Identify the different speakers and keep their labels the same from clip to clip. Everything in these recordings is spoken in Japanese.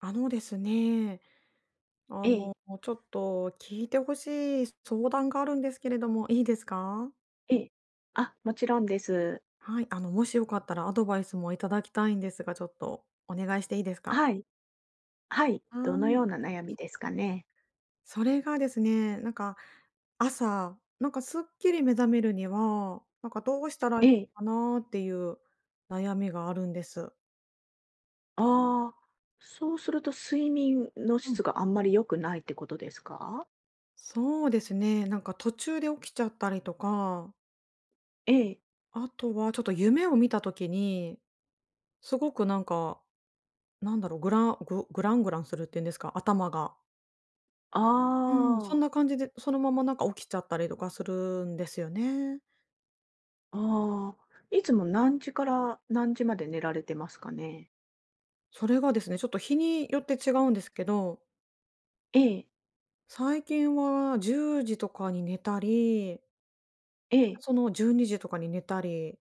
Speaker 1: あのですね、あ
Speaker 2: え
Speaker 1: の、
Speaker 2: え、
Speaker 1: ちょっと聞いてほしい相談があるんですけれども、いいですか？
Speaker 2: ええ。あ、もちろんです。
Speaker 1: はい、もしよかったらアドバイスもいただきたいんですが、ちょっとお願いしていいですか？
Speaker 2: はい、はい。
Speaker 1: は
Speaker 2: どのよう
Speaker 1: い。
Speaker 2: な悩みですかね？
Speaker 1: それがですね、なんか、朝、なんかすっきり目覚めるには、なんかどうしたらい
Speaker 2: え
Speaker 1: い
Speaker 2: え。
Speaker 1: のかなっていう悩みがあるんです。
Speaker 2: ああ、そうすると睡眠の
Speaker 1: うん。
Speaker 2: 質があんまり良くないってことですか？
Speaker 1: そうですね、なんか途中で起きちゃったりとか、
Speaker 2: ええ。
Speaker 1: あとはちょっと夢を見た時に、すごくなんかなんだろう、グランググラングランするっていうんですか、頭が。うん。そん
Speaker 2: ああ、
Speaker 1: な感じで、そのままなんか起きちゃったりとかするんですよね。
Speaker 2: ああ。いつも何時から何時まで寝られてますかね？
Speaker 1: それがですね、ちょっと日によって違うんですけど、
Speaker 2: ええ、
Speaker 1: 最近は10時とかに寝たり、
Speaker 2: ええ、
Speaker 1: その12時とかに寝たり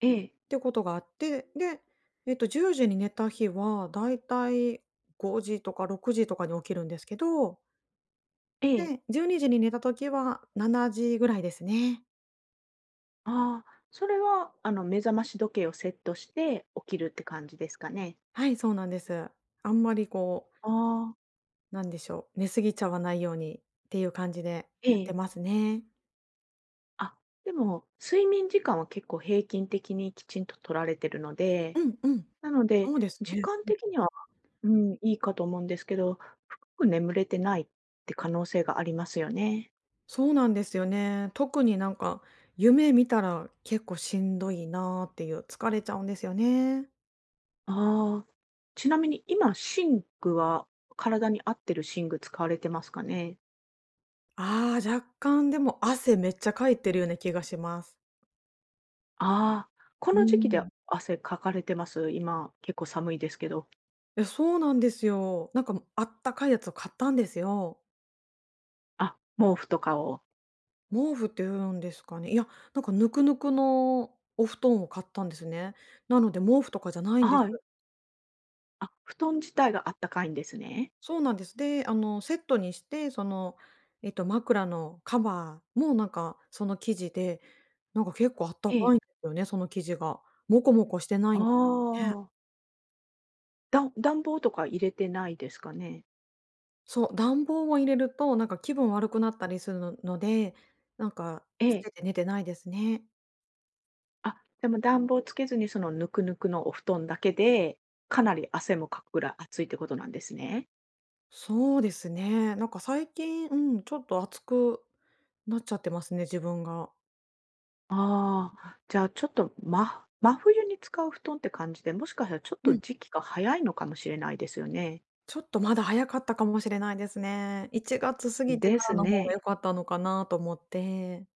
Speaker 2: ええ、
Speaker 1: ってことがあって、で、10時に寝た日はだいたい5時とか6時とかに起きるんですけど、
Speaker 2: ええ。
Speaker 1: で、12時にじに寝た時は7時ぐらいですね。
Speaker 2: ああ、それはあの目覚まし時計をセットして起きるって感じですかね？
Speaker 1: はい、そうなんです。あんまりこう
Speaker 2: ああ、
Speaker 1: なんでしょう、寝過ぎちゃわないようにっていう感じでや
Speaker 2: え
Speaker 1: っ
Speaker 2: え。
Speaker 1: てますね。
Speaker 2: あ、でも、睡眠時間は結構平均的にきちんと取られてるので、
Speaker 1: うんうん。
Speaker 2: なので、
Speaker 1: そうです
Speaker 2: 時
Speaker 1: ね。
Speaker 2: 間的には、うん、いいかと思うんですけど、深く眠れてないって可能性がありますよね。
Speaker 1: そうなんですよね。特になんか、夢見たら結構しんどいなーっていう、疲れちゃうんですよね。
Speaker 2: ああ、ちなみに今、寝具は体に合ってる寝具使われてますかね？
Speaker 1: ああ、若干でも汗めっちゃかいてるような気がします。
Speaker 2: ああ、こ
Speaker 1: う
Speaker 2: の時期で
Speaker 1: ん。
Speaker 2: 汗かかれてます？今、結構寒いですけど。
Speaker 1: え、そうなんですよ。なんかあったかいやつを買ったんですよ。
Speaker 2: あ、毛布とかを。
Speaker 1: 毛布っていうんですかね。いや、なんかぬくぬくのお布団を買ったんですね。なので毛布とかじゃないんです。
Speaker 2: はい。あ、布団自体があったかいんですね。
Speaker 1: そうなんです。で、セットにして、枕のカバーもなんか、その生地で、なんか結構あった
Speaker 2: え
Speaker 1: か
Speaker 2: え。
Speaker 1: いんですよね、その生地が。もこもこしてな
Speaker 2: あ
Speaker 1: いんですね。
Speaker 2: あ。だ暖房とか入れてないですかね？
Speaker 1: そう、暖房を入れると、なんか気分悪くなったりするのので、なんか
Speaker 2: え
Speaker 1: つ
Speaker 2: え。
Speaker 1: けて寝てないですね。
Speaker 2: あ、でも暖房つけずに、その、ぬくぬくのお布団だけで、かなり汗もかくぐらい暑いってことなんですね。
Speaker 1: そうですね。なんか最近、うん、ちょっと暑くなっちゃってますね、自分が。
Speaker 2: ああ、じゃあ、ちょっと、ま真冬に使う布団って感じで、もしかしたらちょっ
Speaker 1: う
Speaker 2: と
Speaker 1: ん。
Speaker 2: 時期が早いのかもしれないですよね。
Speaker 1: ちょっとまだ早かったかもしれないですね。1月過ぎて
Speaker 2: で
Speaker 1: か
Speaker 2: す
Speaker 1: らの方が
Speaker 2: ね。
Speaker 1: 良かったのかなと思って。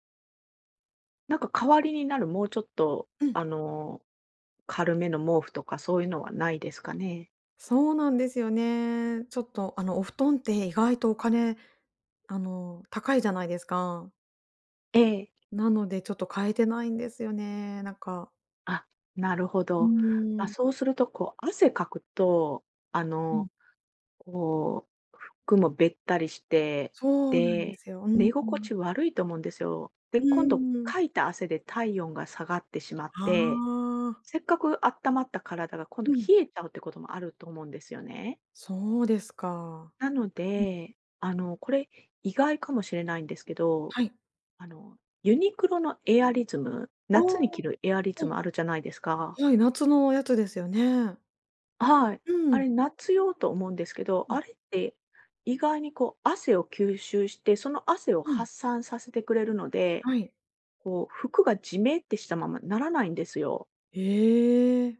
Speaker 2: なんか代わりになるもうちょっと、
Speaker 1: うん。
Speaker 2: あの、軽めの毛布とかそういうのはないですかね？
Speaker 1: そうなんですよね。ちょっと、お布団って意外とお金、高いじゃないですか。
Speaker 2: ええ。
Speaker 1: なのでちょっと買えてないんですよね、なんか。
Speaker 2: あ、なるほ
Speaker 1: う
Speaker 2: ど。
Speaker 1: ー
Speaker 2: あ、
Speaker 1: ん。
Speaker 2: そうすると、こう、汗かくと、あ
Speaker 1: う
Speaker 2: の
Speaker 1: ん。
Speaker 2: こう、服もべったりして、
Speaker 1: そうなんで
Speaker 2: で、
Speaker 1: すよ。うん。
Speaker 2: 寝
Speaker 1: う
Speaker 2: 心
Speaker 1: ん。
Speaker 2: 地悪いと思うんですよ。で、
Speaker 1: う
Speaker 2: 今度、
Speaker 1: ん。
Speaker 2: かいた汗で体温が下がってしまっ
Speaker 1: あ
Speaker 2: て、
Speaker 1: あ。
Speaker 2: せっかく温まった体が今度
Speaker 1: うん。
Speaker 2: 冷えちゃうってこともあると思うんですよね。
Speaker 1: そうですか。
Speaker 2: なの
Speaker 1: うん。
Speaker 2: で、あの、これ意外かもしれないんですけど、
Speaker 1: はい。
Speaker 2: あの、ユニクロのエアリズム、夏
Speaker 1: お
Speaker 2: に着
Speaker 1: お
Speaker 2: るエアリズ
Speaker 1: うん、
Speaker 2: ムあるじゃないですか。
Speaker 1: はい、夏のやつですよね。
Speaker 2: はい。
Speaker 1: う
Speaker 2: あ
Speaker 1: ん。
Speaker 2: れ、夏用と思うんですけど、
Speaker 1: うん、
Speaker 2: あれって意外にこう汗を吸収して、その汗を
Speaker 1: うん。
Speaker 2: 発散させてくれるので、
Speaker 1: はい。
Speaker 2: こう服がジメってしたままならないんですよ。
Speaker 1: ええ、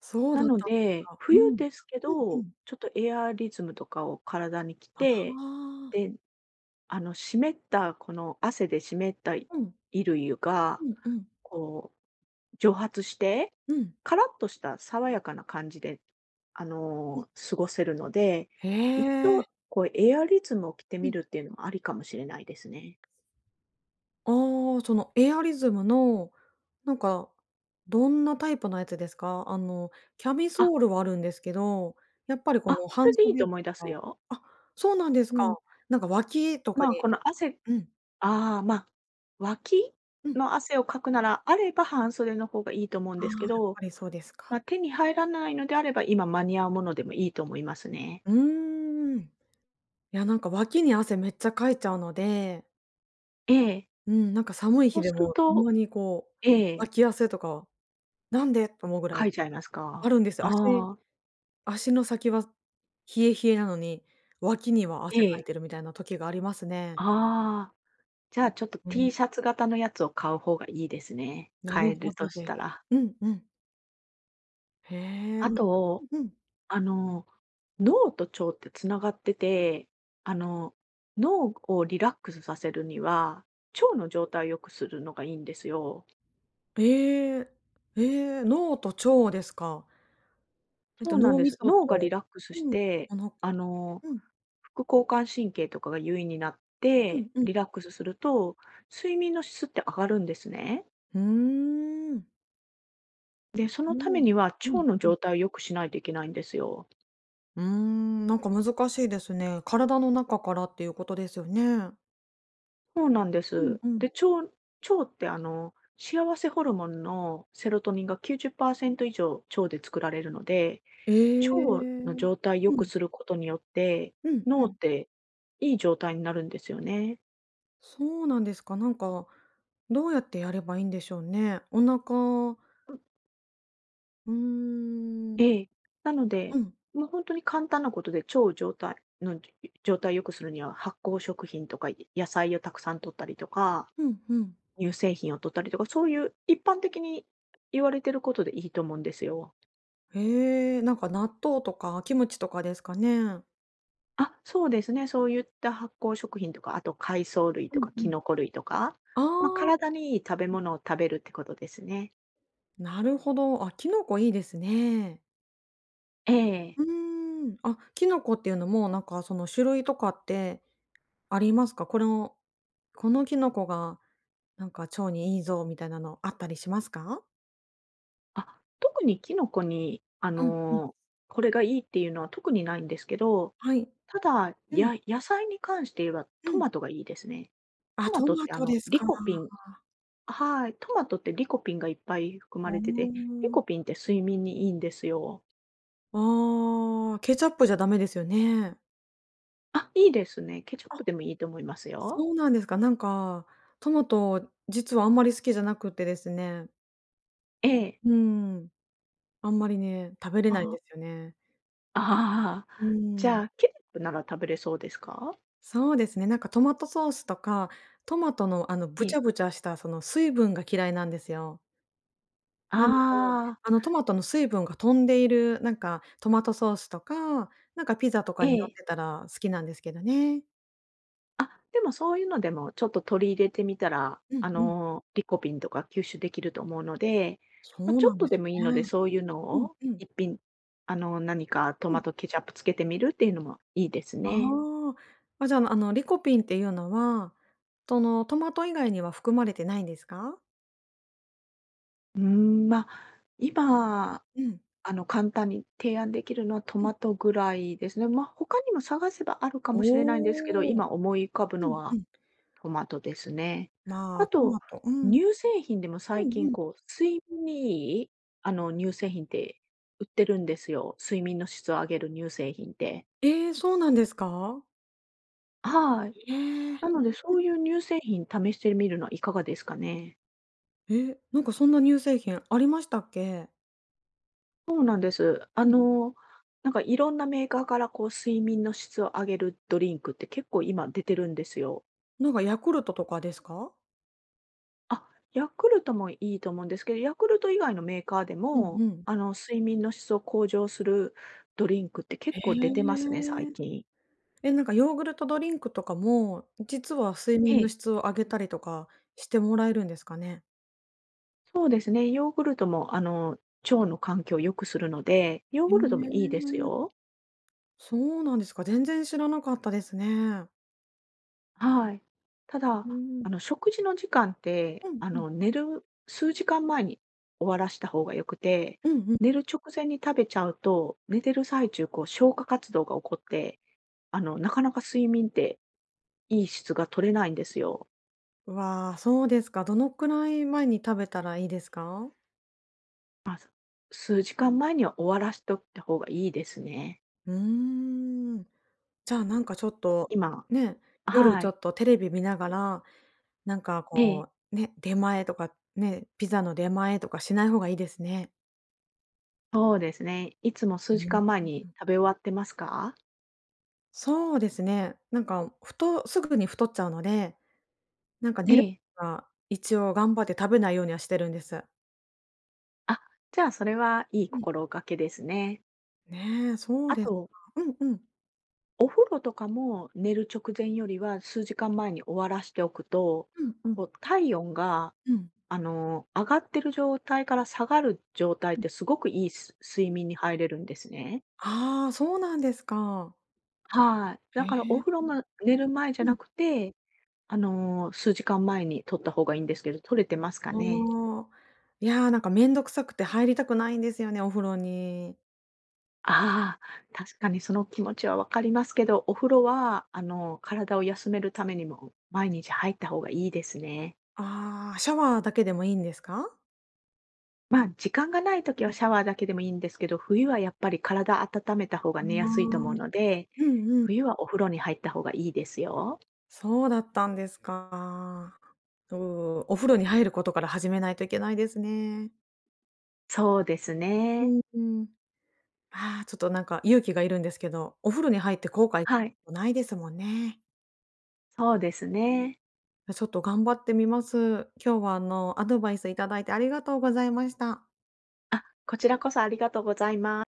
Speaker 1: そう
Speaker 2: な
Speaker 1: だっ
Speaker 2: の
Speaker 1: たんです
Speaker 2: で、
Speaker 1: か。うん。
Speaker 2: 冬
Speaker 1: うん
Speaker 2: ですけ
Speaker 1: う
Speaker 2: ど、
Speaker 1: ん。
Speaker 2: ちょっとエアリズムとかを体に着て、
Speaker 1: は
Speaker 2: で、
Speaker 1: あ。
Speaker 2: あの湿ったこの汗で湿った衣
Speaker 1: うん。
Speaker 2: 類が
Speaker 1: うんうん。
Speaker 2: こ蒸発して、
Speaker 1: うん。
Speaker 2: カラッとした爽やかな感じで、あ
Speaker 1: うん。
Speaker 2: の、過ごせるので、
Speaker 1: へ
Speaker 2: 一度、
Speaker 1: え。
Speaker 2: こうエアリズムを着て
Speaker 1: う
Speaker 2: み
Speaker 1: ん。
Speaker 2: るっていうのもありかもしれないですね。
Speaker 1: ああ、そのエアリズムの、なんか、どんなタイプのやつですか？キャミ
Speaker 2: あ、
Speaker 1: ソールはあるんですけど、やっぱりこ
Speaker 2: あ、
Speaker 1: の
Speaker 2: それ
Speaker 1: 半
Speaker 2: でいいと
Speaker 1: 袖
Speaker 2: 思
Speaker 1: と
Speaker 2: い出す
Speaker 1: か。
Speaker 2: よ。
Speaker 1: あ、そうなんです
Speaker 2: う
Speaker 1: か。
Speaker 2: ん。
Speaker 1: なんか脇とか
Speaker 2: まあ、
Speaker 1: に。
Speaker 2: この汗
Speaker 1: うん。
Speaker 2: ああ、まあ、脇
Speaker 1: うん。
Speaker 2: の汗をかくなら、あれば半袖の方がいいと思うん
Speaker 1: ああ、
Speaker 2: で
Speaker 1: や
Speaker 2: すけ
Speaker 1: っ
Speaker 2: ど、
Speaker 1: ぱりそうですか。
Speaker 2: まあ、手に入らないのであれば、今間に合うものでもいいと思いますね。
Speaker 1: うーん。いや、なんか脇に汗めっちゃかいちゃうので。
Speaker 2: ええ。
Speaker 1: うん、なんか寒い
Speaker 2: そ
Speaker 1: 日
Speaker 2: う
Speaker 1: で
Speaker 2: する
Speaker 1: も、た
Speaker 2: と
Speaker 1: まにこう、
Speaker 2: ええ、
Speaker 1: 脇汗とか、なんで？と思うぐらい
Speaker 2: かいちゃいます
Speaker 1: あ
Speaker 2: か？
Speaker 1: るんです。
Speaker 2: あ
Speaker 1: 足
Speaker 2: あ、
Speaker 1: 足の先は冷え冷えなのに、脇には
Speaker 2: え
Speaker 1: 汗かい
Speaker 2: え。
Speaker 1: てるみたいな時がありますね。
Speaker 2: ああ、じゃあ、ちょっと
Speaker 1: うん、
Speaker 2: T シャツ型のやつを買う方がいいですね。
Speaker 1: な
Speaker 2: 買
Speaker 1: る
Speaker 2: え
Speaker 1: ほ
Speaker 2: ると
Speaker 1: ど
Speaker 2: し
Speaker 1: です。
Speaker 2: たら。
Speaker 1: うんうん。へえ。う
Speaker 2: あ
Speaker 1: ん
Speaker 2: と、
Speaker 1: うん。
Speaker 2: あの、脳と腸ってつながってて、あの、脳をリラックスさせるには、腸の状態を良くするのがいいんですよ。
Speaker 1: ええ。ええ、脳と腸ですか。
Speaker 2: そうなん
Speaker 1: 脳
Speaker 2: で
Speaker 1: み
Speaker 2: す。
Speaker 1: そ
Speaker 2: 脳がリ
Speaker 1: と。
Speaker 2: ラックスし
Speaker 1: うん、
Speaker 2: て、
Speaker 1: あの。
Speaker 2: あの、
Speaker 1: うん、
Speaker 2: 副交感神経とかが優位になっ
Speaker 1: うん
Speaker 2: て、
Speaker 1: うん。
Speaker 2: リラックスすると、睡眠の質って上がるんですね。
Speaker 1: ふーん。
Speaker 2: で、そ
Speaker 1: う
Speaker 2: のため
Speaker 1: ん。
Speaker 2: には
Speaker 1: うん、うん
Speaker 2: 腸の
Speaker 1: うん。
Speaker 2: 状態を良くしないといけないんですよ。
Speaker 1: うーん、なんか難しいですね。体の中からっていうことですよね。
Speaker 2: そうなんで
Speaker 1: うん
Speaker 2: す。
Speaker 1: うん。
Speaker 2: で、腸ってあの、幸せホルモンのセロトニンが90%以上腸で作られるので、
Speaker 1: ええ。
Speaker 2: 腸
Speaker 1: う
Speaker 2: の状態良
Speaker 1: ん
Speaker 2: くすることによって、
Speaker 1: うんう
Speaker 2: 脳っ
Speaker 1: ん。
Speaker 2: ていい状態になるんですよね。
Speaker 1: そうなんですか。なんか、どうやってやればいいんでしょうね。お腹。うー
Speaker 2: え
Speaker 1: ん。
Speaker 2: え。なの
Speaker 1: う
Speaker 2: で、
Speaker 1: ん
Speaker 2: もう本当に簡単なことで、腸状態の状態を良くするには、発酵食品とか野菜をたくさん摂ったりとか、
Speaker 1: うんうん。
Speaker 2: 乳製品を摂ったりとか、そういう一般的に言われてることでいいと思うんですよ。
Speaker 1: へえ、なんか納豆とかキムチとかですかね。
Speaker 2: あ、そうですね。そういった発酵食品とか、あと海藻類
Speaker 1: う
Speaker 2: と
Speaker 1: ん
Speaker 2: か
Speaker 1: う
Speaker 2: キ
Speaker 1: ん。
Speaker 2: ノコ類とか、
Speaker 1: あ
Speaker 2: まあ、
Speaker 1: あ、
Speaker 2: 体にいい食べ物を食べるってことですね。
Speaker 1: なるほど。あ、キノコいいですね。
Speaker 2: ええ。
Speaker 1: うーん。あ、キノコっていうのも、なんかその種類とかってありますか？このキノコがなんか腸にいいぞみたいなのあったりしますか？
Speaker 2: あ、特にキノコに、あ
Speaker 1: うん。うん、
Speaker 2: の、これがいいっていうのは特にないんですけど、
Speaker 1: はい。
Speaker 2: ただ、
Speaker 1: うん、
Speaker 2: や野菜に関して言えば
Speaker 1: う
Speaker 2: ト
Speaker 1: ん。
Speaker 2: マトがいいですね。
Speaker 1: あ、
Speaker 2: トマ
Speaker 1: ト
Speaker 2: トっ
Speaker 1: マ
Speaker 2: てあ
Speaker 1: ト
Speaker 2: の、
Speaker 1: です
Speaker 2: リ
Speaker 1: か。
Speaker 2: コピンはい、トマトってリコピンがいっぱい含ま
Speaker 1: お
Speaker 2: れてて、リ
Speaker 1: お。
Speaker 2: コピンって睡眠にいいんですよ。
Speaker 1: ああ、ケチャップじゃダメですよね。
Speaker 2: あ、いいですね。ケチャップ
Speaker 1: あ、
Speaker 2: でもいいと思いますよ。
Speaker 1: そうなんですか。なんか、トマト、実はあんまり好きじゃなくてですね。
Speaker 2: ええ。
Speaker 1: うん、あんまりね、食べれないん
Speaker 2: あ。
Speaker 1: ですよね。
Speaker 2: あ
Speaker 1: う
Speaker 2: あ、じ
Speaker 1: ん、
Speaker 2: ゃあ、ケチャップなら食べれそうですか？
Speaker 1: そうですね、なんかトマトソースとか、トマトの
Speaker 2: え
Speaker 1: ぶち
Speaker 2: え。
Speaker 1: ゃぶちゃしたその水分が嫌いなんですよ。なので、
Speaker 2: ああ、
Speaker 1: あのトマトの水分が飛んでいる、なんかトマトソースとか、なんかピザと
Speaker 2: え
Speaker 1: かに乗っ
Speaker 2: え。
Speaker 1: てたら好きなんですけどね。
Speaker 2: あ、でもそういうのでもちょっと取り入れてみたら、
Speaker 1: う
Speaker 2: あ
Speaker 1: んうん。
Speaker 2: の、リコピンとか吸収できると思うので、
Speaker 1: そ
Speaker 2: ま、
Speaker 1: う
Speaker 2: ちょ
Speaker 1: な
Speaker 2: っ
Speaker 1: ん
Speaker 2: と
Speaker 1: で
Speaker 2: で
Speaker 1: す
Speaker 2: もいいので、
Speaker 1: ね。
Speaker 2: そういうの
Speaker 1: うん
Speaker 2: を
Speaker 1: うん。
Speaker 2: 一品、あの、何かト
Speaker 1: う
Speaker 2: マ
Speaker 1: ん。
Speaker 2: トケチャップつけてみるっていうのもいいです
Speaker 1: あ
Speaker 2: ね。
Speaker 1: あ。あ、じゃあ、あのリコピンっていうのは、そのトマト以外には含まれてないんですか？
Speaker 2: うーん、ま、今、
Speaker 1: うん、
Speaker 2: あの、簡単に提案できるのはト
Speaker 1: うん。
Speaker 2: マトぐらいですね。ま、他にも探せばあるかもしれないんですけど、
Speaker 1: おお。
Speaker 2: 今思い浮かぶ
Speaker 1: う
Speaker 2: の
Speaker 1: んう
Speaker 2: は
Speaker 1: ん。
Speaker 2: トマトですね。
Speaker 1: ま
Speaker 2: あ
Speaker 1: あ、ト
Speaker 2: と、
Speaker 1: マトうん。
Speaker 2: 乳製品でも最
Speaker 1: うん
Speaker 2: 近
Speaker 1: うん。
Speaker 2: こう、睡眠にいい、あの、乳製品って売ってるんですよ。睡眠の質を上げる乳製品って。
Speaker 1: ええ、そうなんですか？
Speaker 2: はい。
Speaker 1: ええ。
Speaker 2: なので、そういう乳製品試してみるのはいかがですかね？
Speaker 1: え、なんかそんな乳製品ありましたっけ？
Speaker 2: そうなんです。あの、なんかいろんなメーカーからこう睡眠の質を上げるドリンクって結構今出てるんですよ。
Speaker 1: なんかヤクルトとかですか？
Speaker 2: あ、ヤクルトもいいと思うんですけど、ヤクルト以外のメーカーで
Speaker 1: うん
Speaker 2: も、
Speaker 1: うん。
Speaker 2: あの、睡眠の質を向上するドリンクって結構出て
Speaker 1: へ
Speaker 2: ますね、最
Speaker 1: え。
Speaker 2: 近。
Speaker 1: え、なんかヨーグルトドリンクとかも、実は睡
Speaker 2: え
Speaker 1: 眠の
Speaker 2: え。
Speaker 1: 質を上げたりとかしてもらえるんですかね？
Speaker 2: そうですね、ヨーグルトも、あの、腸の環境を良くするので、ヨー
Speaker 1: へえ、
Speaker 2: グルトもいいですよ。
Speaker 1: そうなんですか。全然知らなかったですね。
Speaker 2: はい。た
Speaker 1: う
Speaker 2: だ、
Speaker 1: ーん。
Speaker 2: あの、食事の時間って、
Speaker 1: うん
Speaker 2: あ
Speaker 1: うん。
Speaker 2: の、寝る数時間前に終わらした方が良くて、
Speaker 1: うんうん。
Speaker 2: 寝る直前に食べちゃうと、寝てる最中、こう、消化活動が起こって、あの、なかなか睡眠っていい質が取れないんですよ。
Speaker 1: わあ、そうですか。どのくらい前に食べたらいいですか？
Speaker 2: まあ、す数時間前には終わらしとった方がいいですね。
Speaker 1: うーん。じゃあ、なんかちょっと、
Speaker 2: 今
Speaker 1: ね、夜
Speaker 2: は
Speaker 1: ちょ
Speaker 2: い。
Speaker 1: っとテレビ見ながらなんか
Speaker 2: ええ、
Speaker 1: こう、ね、出前とか、ね、ピザの出前とかしない方がいいですね。
Speaker 2: そうですね。いつも数時
Speaker 1: うん。
Speaker 2: 間前に食べ終わってますか？
Speaker 1: そうですね。なんか、ふとすぐに太っちゃうので、なんか
Speaker 2: え
Speaker 1: 寝る
Speaker 2: え。
Speaker 1: は一応頑張って食べないようにはしてるんです。
Speaker 2: あ、じゃあそれはいい
Speaker 1: うん。
Speaker 2: 心がけですね。
Speaker 1: ねえ、そう
Speaker 2: あ
Speaker 1: です
Speaker 2: と、
Speaker 1: か。うんうん。
Speaker 2: お風呂とかも寝る直前よりは数時間前に終わらしておくと、
Speaker 1: うんうん。
Speaker 2: こう体温が、
Speaker 1: うん。
Speaker 2: あの、上がってる状態から下がる状態っ
Speaker 1: うん。
Speaker 2: てすごくいいす睡眠に入れるんですね。
Speaker 1: ああ、そうなんですか。
Speaker 2: はい。だ
Speaker 1: へ
Speaker 2: からお風呂
Speaker 1: え。
Speaker 2: の寝る前じゃ
Speaker 1: う
Speaker 2: な
Speaker 1: ん。
Speaker 2: くて、あの、数時間前に取った方がいいんですけど、取れてますかね？
Speaker 1: ああ。いや、なんかめんどくさくて入りたくないんですよね、お風呂に。
Speaker 2: ああ、確かにその気持ちはわかりますけど、お風呂は、あの、体を休めるためにも毎日入った方がいいですね。
Speaker 1: ああ、シャワーだけでもいいんですか？
Speaker 2: まあ、時間がない時はシャワーだけでもいいんですけど、冬はやっぱり体温めた
Speaker 1: あ
Speaker 2: 方
Speaker 1: あ。
Speaker 2: が
Speaker 1: う
Speaker 2: 寝やすいと思う
Speaker 1: ん
Speaker 2: ので、
Speaker 1: うん。
Speaker 2: 冬はお風呂に入った方がいいですよ。
Speaker 1: そうだったんですか。うう、お風呂に入ることから始めないといけないですね。
Speaker 2: そうです
Speaker 1: う
Speaker 2: ね。
Speaker 1: んうん。ああ、ちょっとなんか勇気がいるんですけど、お風呂に入って後悔
Speaker 2: はい、
Speaker 1: ないですもんね。
Speaker 2: そうですね。
Speaker 1: ちょっと頑張ってみます。今日はアドバイスいただいてありがとうございました。
Speaker 2: あ、こちらこそありがとうございます。